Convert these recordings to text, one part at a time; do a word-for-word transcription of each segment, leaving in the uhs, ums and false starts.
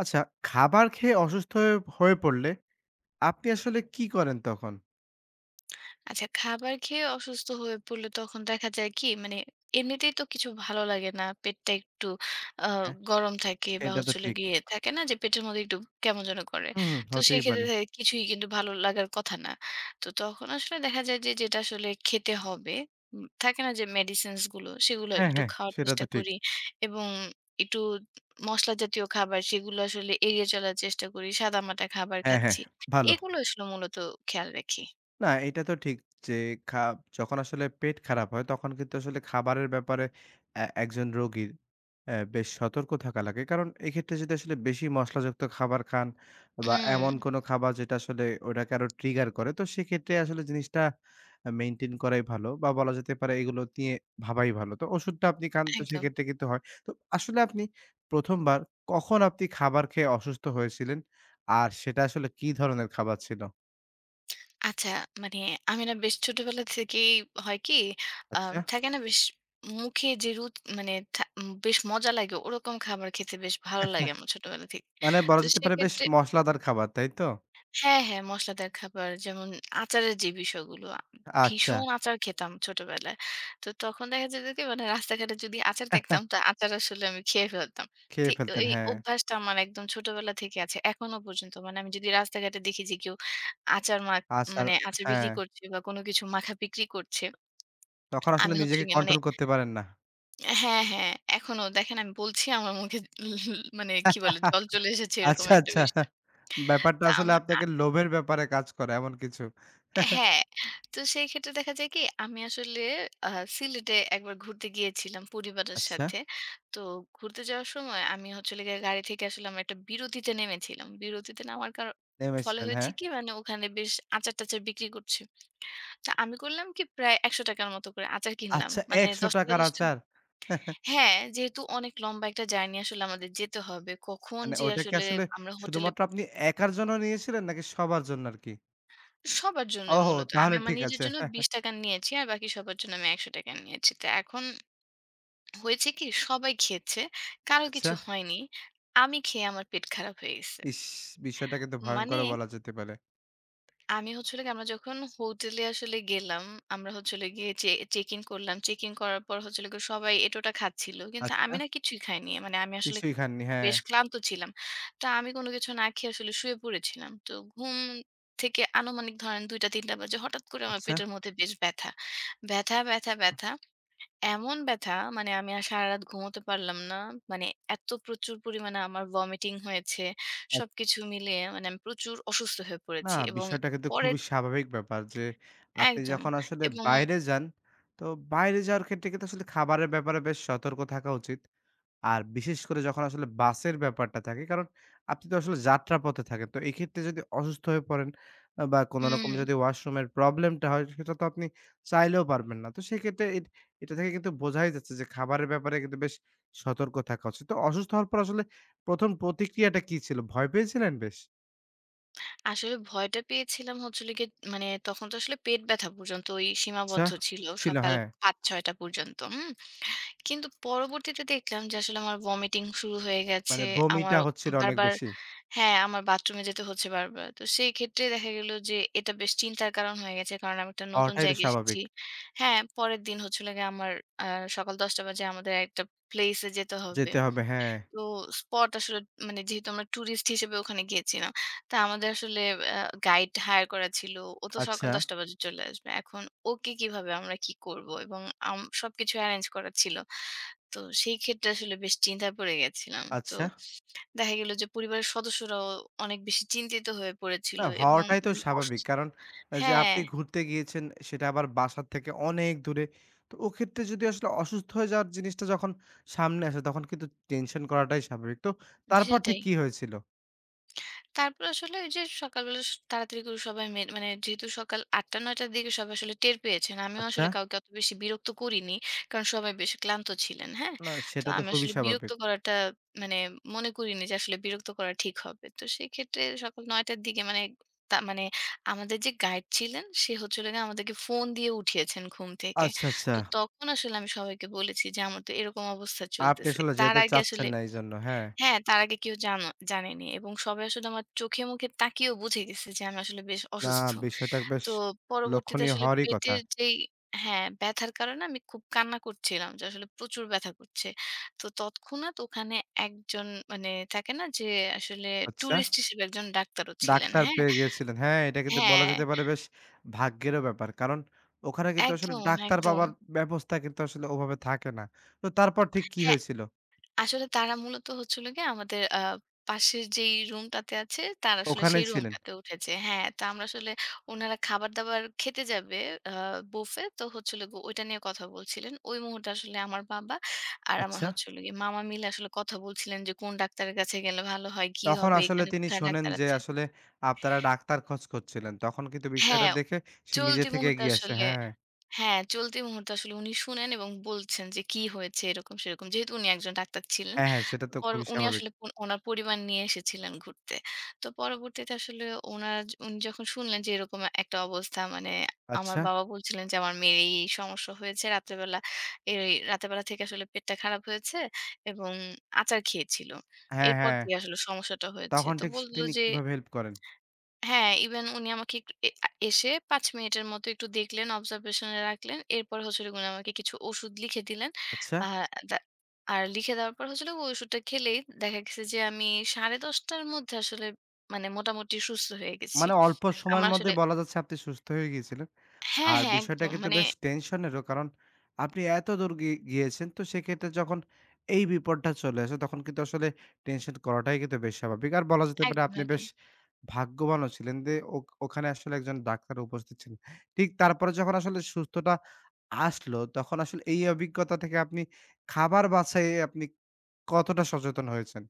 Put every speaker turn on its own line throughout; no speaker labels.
আচ্ছা, খাবার খেয়ে অসুস্থ হয়ে হয়ে পড়লে আপনি আসলে কি করেন তখন?
আচ্ছা, খাবার খেয়ে অসুস্থ হয়ে পড়লে তখন দেখা যায় কি মানে এমনিতেই তো কিছু ভালো লাগে না। পেটটা একটু আ
হ্যাঁ,
গরম থাকে বা
সেটা তো
হচ্ছে হলো
ঠিক।
গিয়ে থাকে না যে পেটের মধ্যে একটু কেমন যেন করে।
হুম, হুম,
তো
হতেই
সেক্ষেত্রে
পারে।
দেখা যায় কিছুই কিন্তু ভালো লাগার কথা না। তো তখন আসলে দেখা যায় যে যেটা আসলে খেতে হবে, উম থাকে না যে মেডিসিনস গুলো সেগুলো
হ্যাঁ,
একটু
হ্যাঁ,
খাওয়ার
সেটা
চেষ্টা
তো ঠিক।
করি এবং একটু মসলা জাতীয় খাবার সেগুলো আসলে এড়িয়ে চলার চেষ্টা করি। সাদামাটা খাবার
হ্যাঁ, হ্যাঁ,
খাচ্ছি।
ভালো।
এগুলো আসলে মূলত খেয়াল রাখি।
না, এটা তো ঠিক যে খা যখন আসলে পেট খারাপ হয় তখন কিন্তু আসলে খাবারের ব্যাপারে এ একজন রোগীর অ্যা বেশ সতর্ক থাকা লাগে। কারণ এক্ষেত্রে যদি আসলে বেশি মসলাযুক্ত খাবার খান বা
হুম।
এমন কোনো খাবার যেটা আসলে ওটাকে আরো ট্রিগার করে তো সেক্ষেত্রে আসলে জিনিসটা আ মেইনটেইন করাই ভালো বা বলা যেতে পারে এগুলো নিয়ে ভাবাই ভালো। তো ওষুধটা আপনি খান তো
একদম।
সেক্ষেত্রে কিন্তু হয়। তো আসলে আপনি প্রথম বার কখন আপনি খাবার খেয়ে অসুস্থ হয়েছিলেন? আর সেটা আসলে কি ধরনের খাবার ছিল?
আচ্ছা মানে আমি না বেশ ছোটবেলা থেকেই হয় কি আ
আচ্ছা।
থাকে না বেশ মুখে যে রুচ মানে থা উম, বেশ মজা লাগে ওরকম খাবার খেতে বেশ ভালো লাগে আমার ছোটবেলা থেকে।
মানে
তো
বলা যেতে পারে বেশ
সেক্ষেত্রে
মসলাদার খাবার, তাই তো?
হ্যাঁ, হ্যাঁ, মসলাদার খাবার যেমন আচারের যে বিষয়গুলো, আ
আচ্ছা।
ভীষণ আচার খেতাম ছোটবেলায়। তো তখন দেখা যেত কি মানে রাস্তাঘাটে যদি আচার দেখতাম তো আচার আসলে আমি খেয়ে ফেলতাম। থি
খেয়ে ফেলতেন,
এই
হ্যাঁ।
অভ্যাসটা আমার একদম ছোটবেলা থেকে আছে। এখনো পর্যন্ত মানে আমি যদি রাস্তাঘাটে দেখি যে কেউ আচার মাখ
আসার
মানে আচার বিক্রি
হ্যাঁ,
করছে বা কোনো কিছু মাখা বিক্রি করছে,
তখন আসলে
আমি হচ্ছে
নিজেকে
গিয়ে মানে
কন্ট্রোল করতে পারেন না।
হ্যাঁ, হ্যাঁ, এখনো দেখেন আমি বলছি আমার মুখে মানে কি বলে জল চলে এসেছে এরকম
আচ্ছা,
একটা
আচ্ছা।
বিষয়।
ব্যাপারটা
তা
আসলে
আমার
আপনাকে লোভের ব্যাপারে কাজ করে এমন কিছু।
হ্যাঁ, তো সেই ক্ষেত্রে দেখা যায় কি আমি আসলে আ সিলেটে একবার ঘুরতে গিয়েছিলাম পরিবারের
আচ্ছা,
সাথে। তো ঘুরতে যাওয়ার সময় আমি হচ্ছে হলো গিয়ে গাড়ি থেকে আসলে আমরা একটা বিরতিতে নেমেছিলাম। বিরতিতে নামার কার ফলে
নেমেছিলেন, হ্যাঁ।
হয়েছে কি মানে ওখানে বেশ আচার-টাচার বিক্রি করছে। তো আমি করলাম কি প্রায় ৳একশো টাকা র মতো করে আচার কিনলাম।
আচ্ছা
মানে
৳একশ র
৳দশ টাকা ৳দশ টাকা
আচার।
হ্যাঁ, যেহেতু অনেক লম্বা একটা জার্নি আসলে আমাদের যেতে হবে। কখন
মানে
যে
ওইটা কি
আসলে
আসলে
আমরা হোটেলে
শুধুমাত্র আপনি একার জন্য নিয়েছিলেন নাকি সবার জন্য আরকি?
সবার জন্যই
ওহো!
মূলত। আমি
তাহলে
আমার
ঠিক
নিজের
আছে।
জন্য ৳বিশ টাকা নিয়েছি। আর বাকি সবার জন্য আমি ৳একশো টাকা নিয়েছি। তো এখন হয়েছে কি সবাই খেয়েছে। কারো
আচ্ছা,
কিছু হয়নি। আমি খেয়ে আমার পেট খারাপ হয়ে গেছে।
ইস! বিষয়টা কিন্তু
মানে
ভয়ংকরও বলা যেতে পারে।
আমি হচ্ছে হলো গিয়ে আমরা যখন হোটেলে আসলে গেলাম, আমরা হচ্ছে হলো গিয়ে চে চেক ইন করলাম। চেক ইন করার পর হচ্ছে হলো গিয়ে সবাই এঁটোটা খাচ্ছিল। কিন্তু
আচ্ছা,
আমি না কিছুই খাইনি। মানে আমি আসলে
কিছুই খাননি, হ্যাঁ।
বেশ ক্লান্ত ছিলাম। তো আমি কোনো কিছু না খেয়ে আসলে শুয়ে পড়েছিলাম। তো ঘুম থেকে আনুমানিক ধরেন ২ঃ০০-৩ঃ তিনটা বাজে হঠাৎ করে আমার
আচ্ছা।
পেটের মধ্যে বেশ ব্যথা। ব্যথা, ব্যথা, ব্যথা। এমন ব্যথা মানে আমি আর সারারাত ঘুমোতে পারলাম না। মানে এত প্রচুর পরিমাণে আমার ভমিটিং হয়েছে।
আব
সবকিছু মিলিয়ে মানে আমি প্রচুর অসুস্থ হয়ে
না
পড়েছি এবং
বিষয়টা কিন্তু
পরের
খুবই স্বাভাবিক ব্যাপার যে, আপনি
একদম।
যখন আসলে
এবং
বাইরে যান, তো বাইরে যাওয়ার ক্ষেত্রে কিন্তু আসলে খাবারের ব্যাপারে বেশ সতর্ক থাকা উচিত। আর বিশেষ করে যখন আসলে বাসের ব্যাপারটা থাকে, কারণ আপনি তো আসলে যাত্রাপথে থাকেন। তো এক্ষেত্রে যদি অসুস্থ হয়ে পড়েন আ বা কোনো রকম
হুম,
যদি ওয়াশরুমের প্রবলেমটা হয়, সেটা তো আপনি চাইলেও পারবেন না। তো সেক্ষেত্রে এট এটা থেকে কিন্তু বোঝাই যাচ্ছে যে, খাবারের ব্যাপারে কিন্তু বেশ সতর্ক থাকা উচিত। তো অসুস্থ হওয়ার পর আসলে প্রথম প্রতিক্রিয়াটা কী ছিল? ভয় পেয়েছিলেন বেশ?
আসলে ভয়টা পেয়েছিলাম হচ্ছে হলো গিয়ে মানে তখন তো আসলে পেট ব্যথা পর্যন্ত ওই
আচ্ছা,
সীমাবদ্ধ ছিল
ছিল
সকাল
হ্যাঁ।
পাঁচ ছয় টা পর্যন্ত। হুম? কিন্তু পরবর্তীতে দেখলাম যে আসলে আমার ভমিটিং শুরু হয়ে গেছে।
মানে
আমার
বমিটা হচ্ছিল অনেক
বারবার
বেশি।
হ্যাঁ, আমার বাথরুমে যেতে হচ্ছে বারবার। তো সেই ক্ষেত্রে দেখা গেল যে এটা বেশ চিন্তার কারণ হয়ে গেছে। কারণ আমি একটা নতুন
হওয়াটাই তো
জায়গায় এসেছি।
স্বাভাবিক।
হ্যাঁ, পরের দিন হচ্ছে হলো গিয়ে আমার আ সকাল দশ টা বাজে আমাদের একটা প্লেস এ যেতে হবে।
যেতে হবে হ্যাঁ।
তো স্পট আসলে মানে যেহেতু আমরা টুরিস্ট হিসেবে ওখানে গিয়েছিলাম। তা আমাদের আসলে আ গাইড হায়ার করা ছিল। ও তো সকাল
আচ্ছা,
১০ঃ০০ বাজে চলে আসবে। এখন ওকে কিভাবে আমরা কি করব? এবং আম সবকিছু এরেঞ্জ করা ছিল। তো সেই ক্ষেত্রে আসলে বেশ চিন্তায় পড়ে গেছিলাম। তো
আচ্ছা।
দেখা গেল যে পরিবারের সদস্যরাও অনেক বেশি চিন্তিত হয়ে পড়েছিল
না
এবং
হওয়াটাই তো
মানে
স্বাভাবিক।
অসুস্থ
কারণ আ যে
হ্যাঁ,
আপনি ঘুরতে গিয়েছেন সেটা আবার বাসার থেকে অনেক দূরে। তো ওক্ষেত্রে যদি আসলে অসুস্থ হয়ে যাওয়ার জিনিসটা যখন সামনে আসে তখন কিন্তু টেনশন করাটাই স্বাভাবিক। তো তারপর ঠিক
সেটাই।
কি হয়েছিল?
তারপর আসলে ওই যে সকালবেলা স তাড়াতাড়ি করে সবাই মে মানে যেহেতু সকাল ৮ঃ০০-৯ঃ নয়টা র দিকে সবাই আসলে টের পেয়েছেন। আমিও
আচ্ছা।
আসলে কাউকে অত বেশি বিরক্ত করিনি। কারণ সবাই বেশ ক্লান্ত ছিলেন, হ্যাঁ?
না
তো
সেটা তো
আমি
খুবই
আসলে বিরক্ত
স্বাভাবিক।
করাটা মানে মনে করিনি যে আসলে বিরক্ত করা ঠিক হবে। তো সেক্ষেত্রে সকাল ৯ঃ০০ র দিকে মানে তা মানে আমাদের যে গাইড ছিলেন সে হচ্ছে হলো গিয়ে আমাদেরকে ফোন দিয়ে উঠিয়েছেন ঘুম থেকে।
আচ্ছা, আচ্ছা।
তো তখন আসলে আমি সবাইকে বলেছি যে আমার তো এরকম অবস্থা
আপনি
চলতেছে।
আসলে
তার
যেতে
আগে আসলে
চাচ্ছেন না এইজন্য। হ্যাঁ।
হ্যাঁ, তার আগে কেউ জানো জানেনি এবং সবাই আসলে আমার চোখে-মুখে তাকিয়েও বুঝে গেছে যে আমি আসলে বেশ
না
অসুস্থ।
বিষয়টা বেশ
তো পরবর্তীতে
লক্ষণীয়
আসলে
হওয়ারই কথা।
পেটের যেই হ্যাঁ, ব্যথার কারণে আমি খুব কান্না করছিলাম যে আসলে প্রচুর ব্যথা করছে। তো তৎক্ষণাৎ ওখানে একজন মানে থাকে না যে আসলে
আচ্ছা।
টুরিস্ট হিসেবে একজন ডাক্তারও ছিলেন,
ডাক্তার
হ্যাঁ?
পেয়ে গিয়েছিলেন। হ্যাঁ, এটা কিন্তু বলা
হ্যাঁ,
যেতে পারে বেশ ভাগ্যেরও ব্যাপার। কারণ ওখানে কিন্তু আসলে
একদম,
ডাক্তার
একদম।
পাবার ব্যবস্থা কিন্তু আসলে ওভাবে থাকে না। তো তারপর ঠিক কি
হ্যাঁ।
হয়েছিল?
আসলে তারা মূলত হচ্ছে হলো গিয়ে আমাদের আ পাশের যেই রুমটাতে আছে, তার আসলে
ওখানেই
সেই
ছিলেন।
রুমটাতে উঠেছে। হ্যাঁ, তো আমরা আসলে উনারা খাবার-দাবার খেতে যাবে আ বুফে। তো হচ্ছে হলো গিয়ে ওইটা নিয়ে কথা বলছিলেন। ওই মুহূর্তে আসলে আমার বাবা আর আমার
আচ্ছা।
হচ্ছে হলো গিয়ে মামা মিলে আসলে কথা বলছিলেন যে, কোন ডাক্তারের কাছে গেলে ভালো হয়? কি
তখন
হবে?
আসলে
এখানে
তিনি
কোথায়
শোনেন
ডাক্তার
যে
আছে?
আসলে আপনারা ডাক্তার খোঁজ করছিলেন। তখন কিন্তু বিষয়টা
হ্যাঁ,
দেখে সে নিজে
চলতি
থেকে
মুহূর্তে
এগিয়ে আসে।
আসলে
হ্যাঁ,
হ্যাঁ, চলতি মুহূর্তে আসলে উনি শুনেন এবং বলছেন যে কি হয়েছে এরকম সেরকম। যেহেতু উনি একজন ডাক্তার ছিলেন।
হ্যাঁ, হ্যাঁ, সেটা তো
পর
খুবই
উনি
স্বাভাবিক।
আসলে পন উনার পরিবার নিয়ে এসেছিলেন ঘুরতে। তো পরবর্তীতে আসলে উনার উনি যখন শুনলেন যে এরকম একটা অবস্থা মানে আমার
আচ্ছা।
বাবা বলছিলেন যে আমার মেয়ের এই, এই সমস্যা হয়েছে রাতের বেলা এই রাতের বেলা থেকে আসলে পেটটা খারাপ হয়েছে এবং আচার খেয়েছিল।
হ্যাঁ,
এরপর
হ্যাঁ।
দিয়ে আসলে সমস্যাটা হয়েছে।
তখন
তো
ঠিক স
বলল
তিনি
যে
কিভাবে হেল্প করেন?
হ্যাঁ, ইভেন উনি আমাকে একটু এ আ এসে পাঁচ মিনিটের মতো একটু দেখলেন, অবজারভেশন এ রাখলেন। এরপর হচ্ছে হলো উনি আমাকে কিছু ওষুধ লিখে দিলেন।
আচ্ছা।
আ দা আর লিখে দেওয়ার পর হচ্ছে হলো ওই ওষুধটা খেলেই দেখা গেছে যে আমি দশটা ত্রিশ টার মধ্যে আসলে মানে মোটামুটি সুস্থ হয়ে গেছি।
মানে অল্প সময়ের
আমার
মধ্যে
আসলে
বলা যাচ্ছে আপনি সুস্থ হয়ে গিয়েছিলেন?
হ্যাঁ,
আর
হ্যাঁ
বিষয়টা
একদম।
কিন্তু
মানে
বেশ টেনশনেরও। কারণ আপনি এত দূর গি গিয়েছেন। তো সেক্ষেত্রে যখন এই বিপদটা চলে আসে তখন কিন্তু আসলে টেনশন করাটাই কিন্তু বেশ স্বাভাবিক। আর বলা যেতে পারে
একদম,
আপনি
একদম।
বেশ ভাগ্যবানও ছিলেন যে ওক ওখানে আসলে একজন ডাক্তার উপস্থিত ছিলেন। ঠিক তারপরে যখন আসলে সুস্থতা আসলো তখন আসলে এই অভিজ্ঞতা থেকে আপনি খাবার বাছাইয়ে আপনি কতটা সচেতন হয়েছেন?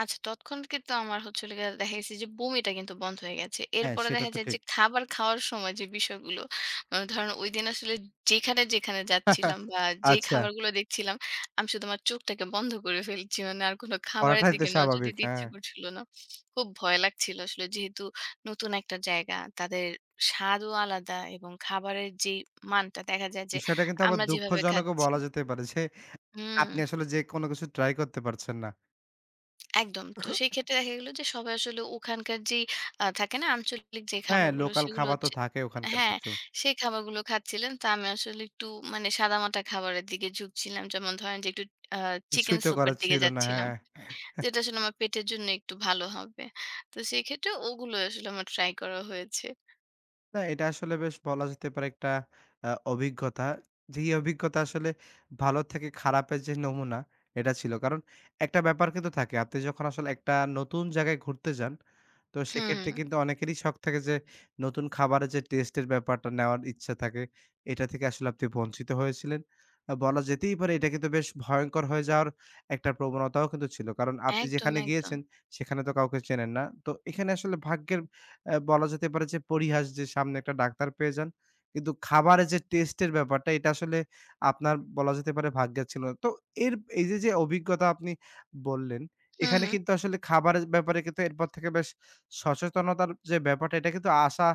আচ্ছা তৎক্ষণাৎ কিন্তু আমার হচ্ছে হলো গিয়ে দেখা গেছে যে বমিটা কিন্তু বন্ধ হয়ে গেছে।
হ্যাঁ,
এরপরে
সেটা
দেখা
তো
যায় যে
ঠিক।
খাবার খাওয়ার সময় যে বিষয়গুলো আ ধরেন ঐদিন আসলে যেখানে, যেখানে যাচ্ছিলাম বা যেই
আচ্ছা,
খাবারগুলো দেখছিলাম আমি শুধু আমার চোখটাকে বন্ধ করে ফেলছি। মানে আর কোনো খাবারের
করাটাই তো
দিকে নজর
স্বাভাবিক।
দিতে ইচ্ছে
হ্যাঁ,
করছিল না। খুব ভয় লাগছিল আসলে যেহেতু নতুন একটা জায়গা তাদের স্বাদও আলাদা এবং খাবারের যেই মানটা দেখা যায় যে
বিষয়টা কিন্তু আবার
আমরা যেভাবে
দুঃখজনকও
খাচ্ছি
বলা যেতে পারে যে
হুম।
আপনি আসলে যেকোনো কিছু ট্রাই করতে পারছেন না।
একদম। তো সেই ক্ষেত্রে দেখা গেল যে সবাই আসলে ওখানকার যেই আ থাকে না আঞ্চলিক যে
হ্যাঁ,
খাবারগুলো
লোকাল
সেগুলো
খাবার তো
হচ্ছে
থাকে ওখানকার
হ্যাঁ,
কিছু।
সেই খাবারগুলো খাচ্ছিলেন। তো আমি আসলে একটু মানে সাদামাটা খাবারের দিকে ঝুঁকছিলাম। যেমন ধরেন যে একটু আ চিকেন
কিছুই তো
স্যুপের
করার
দিকে
ছিল না।
যাচ্ছিলাম।
হ্যাঁ।
যেটা আসলে আমার পেটের জন্য একটু ভালো হবে। তো সেই ক্ষেত্রে ওগুলো আসলে আমার ট্রাই করা হয়েছে।
না, এটা আসলে বেশ বলা যেতে পারে একটা আ অভিজ্ঞতা। যেই অভিজ্ঞতা আসলে ভালো থেকে খারাপের যে নমুনা, এটা ছিল। কারণ একটা ব্যাপার কিন্তু থাকে। আপনি যখন আসলে একটা নতুন জায়গায় ঘুরতে যান, তো
হুম,
সেক্ষেত্রে কিন্তু অনেকেরই শখ থাকে যে নতুন খাবারের যে টেস্টের ব্যাপারটা নেওয়ার ইচ্ছা থাকে, এটা থেকে আসলে আপনি বঞ্চিত হয়েছিলেন। আ বলা যেতেই পারে এটা কিন্তু বেশ ভয়ংকর হয়ে যাওয়ার একটা প্রবণতাও কিন্তু ছিল। কারণ আপনি
একদম,
যেখানে
একদম।
গিয়েছেন, সেখানে তো কাউকে চেনেন না। তো এখানে আসলে ভাগ্যের অ্যা বলা যেতে পারে যে পরিহাস যে সামনে একটা ডাক্তার পেয়ে যান। কিন্তু খাবারের যে টেস্টের ব্যাপারটা এটা আসলে আপনার বলা যেতে পারে ভাগ্যে ছিল না। তো এর এই যে, যে অভিজ্ঞতা আপনি বললেন,
হুম,
এখানে
হুম।
কিন্তু আসলে খাবারের ব্যাপারে কিন্তু এরপর থেকে বেশ সচেতনতার যে ব্যাপারটা এটা কিন্তু আসা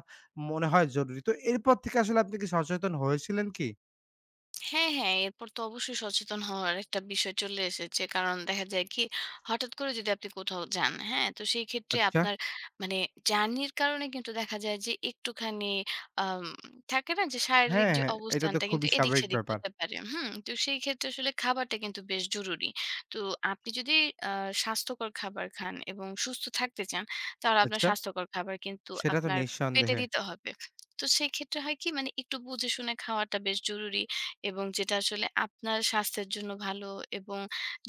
মনে হয় জরুরি। তো এরপর থেকে আসলে আপনি কি সচেতন হয়েছিলেন কি?
হ্যাঁ, হ্যাঁ। এরপর তো অবশ্যই সচেতন হওয়ার একটা বিষয় চলে এসেছে। কারণ দেখা যায় কি হঠাৎ করে যদি আপনি কোথাও যান, হ্যাঁ? তো সেই ক্ষেত্রে
আচ্ছা।
আপনার মানে জার্নির কারণে কিন্তু দেখা যায় যে একটুখানি আম থাকে না যে শারীরিক
হ্যাঁ,
যে
হ্যাঁ, এটা তো
অবস্থানটা কিন্তু
খুবই স্বাভাবিক
এদিক-সেদিক
ব্যাপার।
হতে পারে। হুম? তো সেই ক্ষেত্রে আসলে খাবারটা কিন্তু বেশ জরুরি। তো আপনি যদি আ স্বাস্থ্যকর খাবার খান এবং সুস্থ থাকতে চান, তাহলে আপনার
আচ্ছা।
স্বাস্থ্যকর খাবার কিন্তু
সেটা তো
আপনার পেটে
নিঃসন্দেহে।
দিতে হবে। তো সেক্ষেত্রে হয় কি মানে একটু বুঝে শুনে খাওয়াটা বেশ জরুরি। এবং যেটা আসলে আপনার স্বাস্থ্যের জন্য ভালো এবং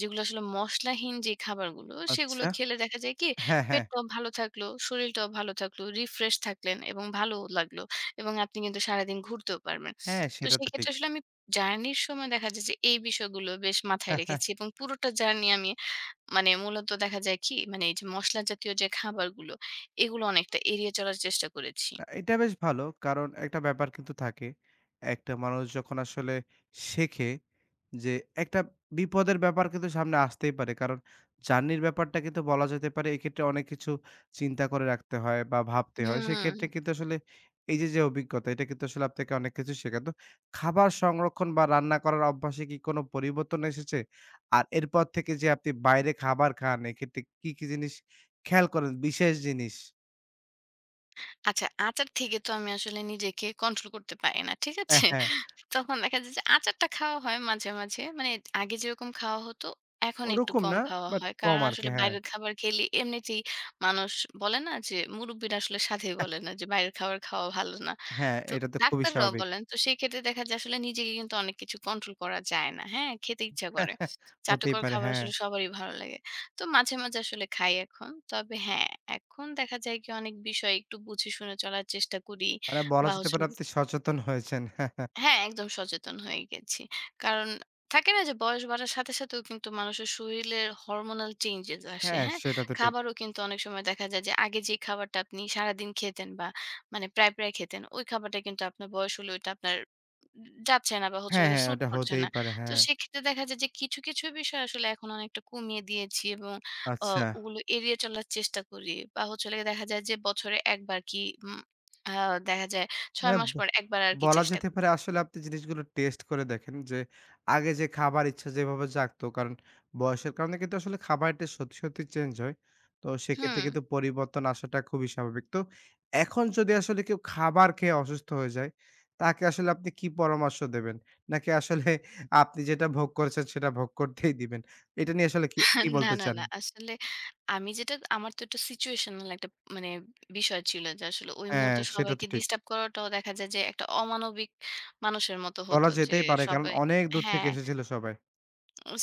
যেগুলো আসলে মসলাহীন যে খাবারগুলো, সেগুলো
আচ্ছা।
খেলে দেখা যায় কি
হ্যাঁ, হ্যাঁ।
পেটটাও ভালো থাকলো, শরীরটাও ভালো থাকলো, রিফ্রেশ থাকলেন এবং ভালোও লাগলো এবং আপনি কিন্তু সারাদিন ঘুরতেও পারবেন।
হ্যাঁ,
তো
সেটা তো ঠিক।
সেক্ষেত্রে আসলে আমি জার্নির সময় দেখা যায় যে এই বিষয়গুলো বেশ মাথায় রেখেছি এবং পুরোটা জার্নি আমি মানে মূলত দেখা যায় কি মানে এই যে মসলা জাতীয় যে খাবারগুলো, এগুলো অনেকটা এড়িয়ে চলার চেষ্টা করেছি।
না, এটা বেশ ভালো। কারণ একটা ব্যাপার কিন্তু থাকে। একটা মানুষ যখন আসলে শেখে যে একটা বিপদের ব্যাপার কিন্তু সামনে আসতেই পারে। কারণ জার্নির ব্যাপারটা কিন্তু বলা যেতে পারে এক্ষেত্রে অনেক কিছু চিন্তা করে রাখতে হয় বা ভাবতে হয়। সেক্ষেত্রে
হুম।
কিন্তু আসলে এই যে, যে অভিজ্ঞতা এটা কিন্তু আসলে আপনাকে অনেক কিছু শেখাতো। খাবার সংরক্ষণ বা রান্না করার অভ্যাসে কি কোনো পরিবর্তন এসেছে? আর এরপর থেকে যে আপনি বাইরে খাবার খান এক্ষেত্রে কি, কি জিনিস খেয়াল করেন? বিশেষ জিনিস?
আচ্ছা, আচার থেকে তো আমি আসলে নিজেকে কন্ট্রোল করতে পারি না। ঠিক আছে?
হ্যাঁ
তখন দেখা যায় যে আচারটা খাওয়া হয় মাঝে, মাঝে। মানে আগে যেরকম খাওয়া হতো, এখন একটু
ওরকম
কম
না,
খাওয়া
বাট
হয়। কারণ
কম আরকি।
আসলে
হ্যাঁ,
বাইরের খাবার খেলে এমনিতেই মানুষ বলে না যে মুরুব্বিরা আসলে সাধে বলে না যে বাইরের খাবার খাওয়া ভালো না।
হ্যাঁ,
তো
এটা তো খুবই
ডাক্তাররাও
স্বাভাবিক।
বলেন। তো সেই ক্ষেত্রে দেখা যায় আসলে নিজেকে কিন্তু অনেক কিছু কন্ট্রোল করা যায় না। হ্যাঁ? খেতে ইচ্ছা করে।
হতেই
চাটুকর
পারে,
খাবার
হ্যাঁ।
আসলে সবারই ভালো লাগে। তো মাঝে, মাঝে আসলে খাই এখন। তবে হ্যাঁ, এখন দেখা যায় কি অনেক বিষয় একটু বুঝে শুনে চলার চেষ্টা করি
মানে বলা
বা
যেতে
হচ্ছে
পারে আপনি সচেতন হয়েছেন।
হ্যাঁ, একদম সচেতন হয়ে গেছি। কারণ থাকে না যে বয়স বাড়ার সাথে, সাথেও কিন্তু মানুষের শরীরের হরমোনাল চেঞ্জেস আসে,
হ্যাঁ,
হ্যাঁ?
সেটা তো ঠিক।
খাবারও কিন্তু অনেক সময় দেখা যায় যে আগে যে খাবারটা আপনি সারাদিন খেতেন বা মানে প্রায়, প্রায় খেতেন, ওই খাবারটা কিন্তু আপনার বয়স হলে ওইটা আপনার যাচ্ছে না বা হচ্ছে হলো
হ্যাঁ,
গিয়ে
হ্যাঁ,
স্যুট
ওটা
করছে
হতেই
না।
পারে।
তো
হ্যাঁ,
সেক্ষেত্রে দেখা যায় যে কিছু, কিছু বিষয় আসলে এখন অনেকটা কমিয়ে দিয়েছি এবং অ
আচ্ছা।
ওগুলো এড়িয়ে চলার চেষ্টা করি। বা হচ্ছে হলো গিয়ে দেখা যায় যে বছরে এক বার কি উম আ দেখা যায় ছয়
মানে
মাস
ব
পর এক বার আরকি
বলা
চেষ্টা
যেতে
করি।
পারে আসলে আপনি জিনিসগুলো টেস্ট করে দেখেন যে, আগে যে খাবার ইচ্ছা যেভাবে জাগতো কারণ বয়সের কারণে কিন্তু আসলে খাবারের টেস্ট সত্যি, সত্যি চেঞ্জ হয়। তো সেক্ষেত্রে
হুম।
কিন্তু পরিবর্তন আসাটা খুবই স্বাভাবিক। তো এখন যদি আসলে কেউ খাবার খেয়ে অসুস্থ হয়ে যায়, তাকে আসলে আপনি কি পরামর্শ দেবেন? নাকি আসলে আপনি যেটা ভোগ করেছেন সেটা ভোগ করতেই দিবেন? এটা নিয়ে আসলে কি, কি
না,
বলতে
না,
চান?
না। আসলে আমি যেটা আমার তো একটা সিচুয়েশনাল একটা মানে বিষয় ছিল যে আসলে ওই
হ্যাঁ,
মুহূর্তে
সেটা তো
সবাইকে
ঠিক।
ডিস্টার্ব করাটাও দেখা যায় যে একটা অমানবিক মানুষের মতো হতো
বলা
যে
যেতেই পারে কারণ
সবাই
অনেক দূর থেকে
হ্যাঁ।
এসেছিল সবাই।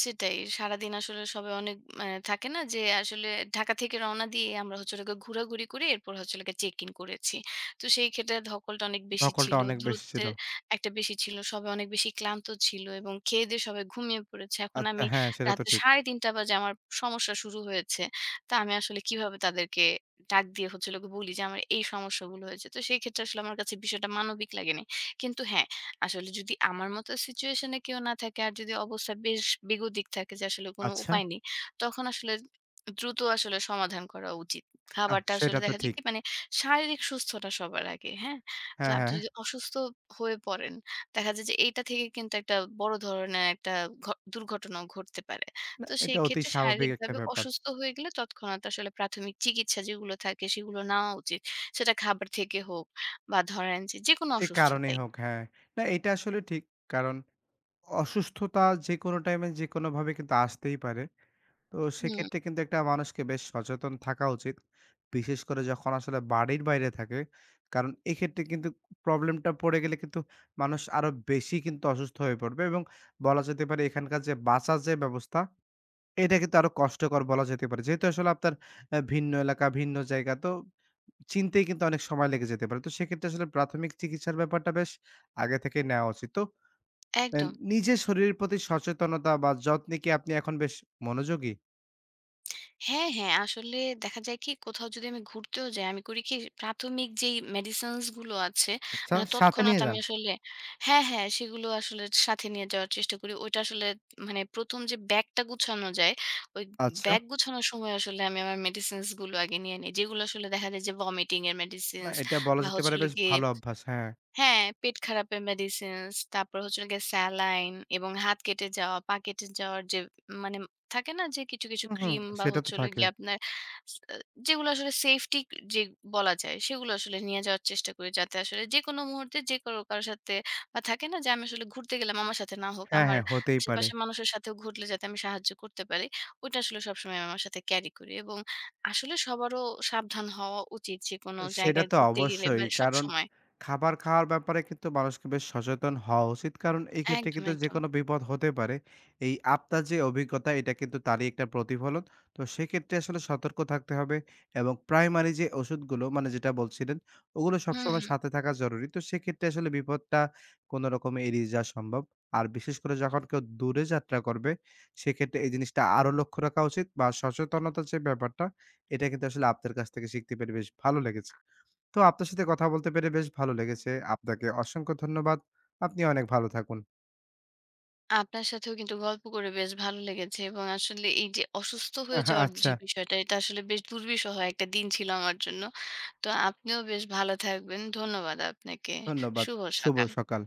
সেটাই। সারাদিন আসলে সবাই অনেক মানে থাকে না যে আসলে ঢাকা থেকে রওনা দিয়ে আমরা হচ্ছে হলো গিয়ে ঘোরাঘুরি করে এরপর হচ্ছে হলো গিয়ে চেক ইন করেছি। তো সেই ক্ষেত্রে ধকলটা অনেক বেশি
নকলটা
ছিল।
অনেক বেশি ছিল।
দূরত্বের একটা বেশি ছিল। সবাই অনেক বেশি ক্লান্ত ছিল এবং খেয়ে-দেয়ে সবাই ঘুমিয়ে পড়েছে। এখন
আচ্ছা
আমি
হ্যাঁ, সেটা তো
রাতে
ঠিক।
সাড়ে তিনটা বাজে আমার সমস্যা শুরু হয়েছে। তা আমি আসলে কিভাবে তাদেরকে ডাক দিয়ে হচ্ছে হলো গিয়ে বলি যে আমার এই সমস্যাগুলো হয়েছে। তো সেই ক্ষেত্রে আসলে আমার কাছে বিষয়টা মানবিক লাগেনি। কিন্তু হ্যাঁ আসলে যদি আমার মতো সিচুয়েশনে কেউ না থাকে আর যদি অবস্থা বেশ বেগতিক থাকে যে আসলে কোনো
আচ্ছা,
উপায় নেই, তখন আসলে দ্রুত আসলে সমাধান করা উচিত।
আহ
খাবারটা আসলে
সেটা তো
দেখা যায়
ঠিক।
কি মানে শারীরিক সুস্থতা সবার আগে, হ্যাঁ? তো
হ্যাঁ,
আপনি
হ্যাঁ।
যদি অসুস্থ হয়ে পড়েন, দেখা যায় যে এইটা থেকে কিন্তু একটা বড় ধরনের একটা ঘ দুর্ঘটনাও ঘটতে পারে।
না
তো সেই
এটা অতি
ক্ষেত্রে
স্বাভাবিক একটা
শারীরিকভাবে
ব্যাপার।
অসুস্থ হয়ে গেলে তৎক্ষণাৎ আসলে প্রাথমিক চিকিৎসা যেগুলো থাকে সেগুলো নেওয়া উচিত। সেটা খাবার থেকে হোক বা ধরেন যে যেকোনো
যে কারণেই
অসুস্থতাই।
হোক, হ্যাঁ। না এটা আসলে ঠিক। কারণ অসুস্থতা যেকোনো টাইমে যেকোনোভাবে কিন্তু আসতেই পারে। তো
হুম।
সেক্ষেত্রে কিন্তু একটা মানুষকে বেশ সচেতন থাকা উচিত। বিশেষ করে যখন আসলে বাড়ির বাইরে থাকে। কারণ এক্ষেত্রে কিন্তু প্রবলেমটা পড়ে গেলে কিন্তু মানুষ আরো বেশি কিন্তু অসুস্থ হয়ে পড়বে এবং বলা যেতে পারে এখানকার যে বাঁচার যে ব্যবস্থা এটা কিন্তু আরো কষ্টকর বলা যেতে পারে। যেহেতু আসলে আপনার অ্যা ভিন্ন এলাকা, ভিন্ন জায়গা তো চিনতেই কিন্তু অনেক সময় লেগে যেতে পারে। তো সেক্ষেত্রে আসলে প্রাথমিক চিকিৎসার ব্যাপারটা বেশ আগে থেকেই নেওয়া উচিত। তো অ্যা
একদম।
নিজের শরীরের প্রতি সচেতনতা বা যত্নে কি আপনি এখন বেশ মনোযোগী?
হ্যাঁ, হ্যাঁ, আসলে দেখা যায় কি কোথাও যদি আমি ঘুরতেও যাই, আমি করি কি প্রাথমিক যেই মেডিসিনস গুলো আছে,
আচ্ছা,
মানে
সাথে
তৎক্ষণাৎ
নিয়ে
আমি
যান।
আসলে হ্যাঁ, হ্যাঁ, সেগুলো আসলে সাথে নিয়ে যাওয়ার চেষ্টা করি। ওইটা আসলে মানে ১ম যে ব্যাগটা গুছানো যায়, ওই
আচ্ছা।
ব্যাগ গুছানোর সময় আসলে আমি আমার মেডিসিনস গুলো আগে নিয়ে নিই। যেগুলো আসলে দেখা যায় যে ভমিটিং এর
না
মেডিসিনস
এটা বলা
বা
যেতে
হচ্ছে
পারে
হলো
বেশ
গিয়ে
ভালো অভ্যাস। হ্যাঁ।
হ্যাঁ, পেট খারাপের মেডিসিনস, তারপর হচ্ছে হলো গিয়ে স্যালাইন এবং হাত কেটে যাওয়া, পা কেটে যাওয়ার যে মানে থাকে না যে কিছু, কিছু
হুম, হুম।
ক্রিম বা
সেটা
হচ্ছে
তো
হলো
থাকে।
গিয়ে আপনার স আ যেগুলো আসলে সেফটি যে বলা যায় সেগুলো আসলে নিয়ে যাওয়ার চেষ্টা করি। যাতে আসলে যেকোনো মুহূর্তে যে কারো কারো সাথে বা থাকে না যে আমি আসলে ঘুরতে গেলাম আমার সাথে না হোক,
হ্যাঁ,
আমার
হ্যাঁ হতেই পারে।
আশেপাশের মানুষের সাথেও ঘটলে যাতে আমি সাহায্য করতে পারি, ওইটা আসলে সবসময় আমি আমার সাথে ক্যারি করি। এবং আসলে সবারও সাবধান হওয়া উচিত যেকোনো
সেটা
জায়গায়
তো
ঘুরতে গেলে বা
অবশ্যই। কারণ
সবসময়।
খাবার খাওয়ার ব্যাপারে কিন্তু মানুষকে বেশ সচেতন হওয়া উচিত। কারণ এই ক্ষেত্রে
একদম,
কিন্তু
একদম।
যেকোনো বিপদ হতে পারে। এই আপনার যে অভিজ্ঞতা এটা কিন্তু তারই একটা প্রতিফলন। তো সেক্ষেত্রে আসলে সতর্ক থাকতে হবে এবং প্রাইমারি যে ওষুধগুলো মানে যেটা বলছিলেন ওগুলো
হুম,
সবসময়
হুম।
সাথে থাকা জরুরি। তো সেক্ষেত্রে আসলে বিপদটা কোনো রকমে এড়িয়ে যাওয়া সম্ভব। আর বিশেষ করে যখন কেউ দূরে যাত্রা করবে সেক্ষেত্রে এই জিনিসটা আরো লক্ষ্য রাখা উচিত বা সচেতনতার যে ব্যাপারটা এটা কিন্তু আসলে আপনার কাছ থেকে শিখতে পেরে বেশ ভালো লেগেছে। তো আপনার সাথে কথা বলতে পেরে বেশ ভালো লেগেছে। আপনাকে অসংখ্য ধন্যবাদ। আপনি অনেক ভালো থাকুন।
আপনার সাথেও কিন্তু গল্প করে বেশ ভালো লেগেছে এবং আসলে এই যে অসুস্থ হয়ে যাওয়ার যে
আচ্ছা,
বিষয়টা এটা আসলে বেশ দুর্বিষহ একটা দিন ছিল আমার জন্য। তো আপনিও বেশ ভালো থাকবেন। ধন্যবাদ আপনাকে।
ধন্যবাদ।
শুভ
শুভ
সকাল।
সকাল।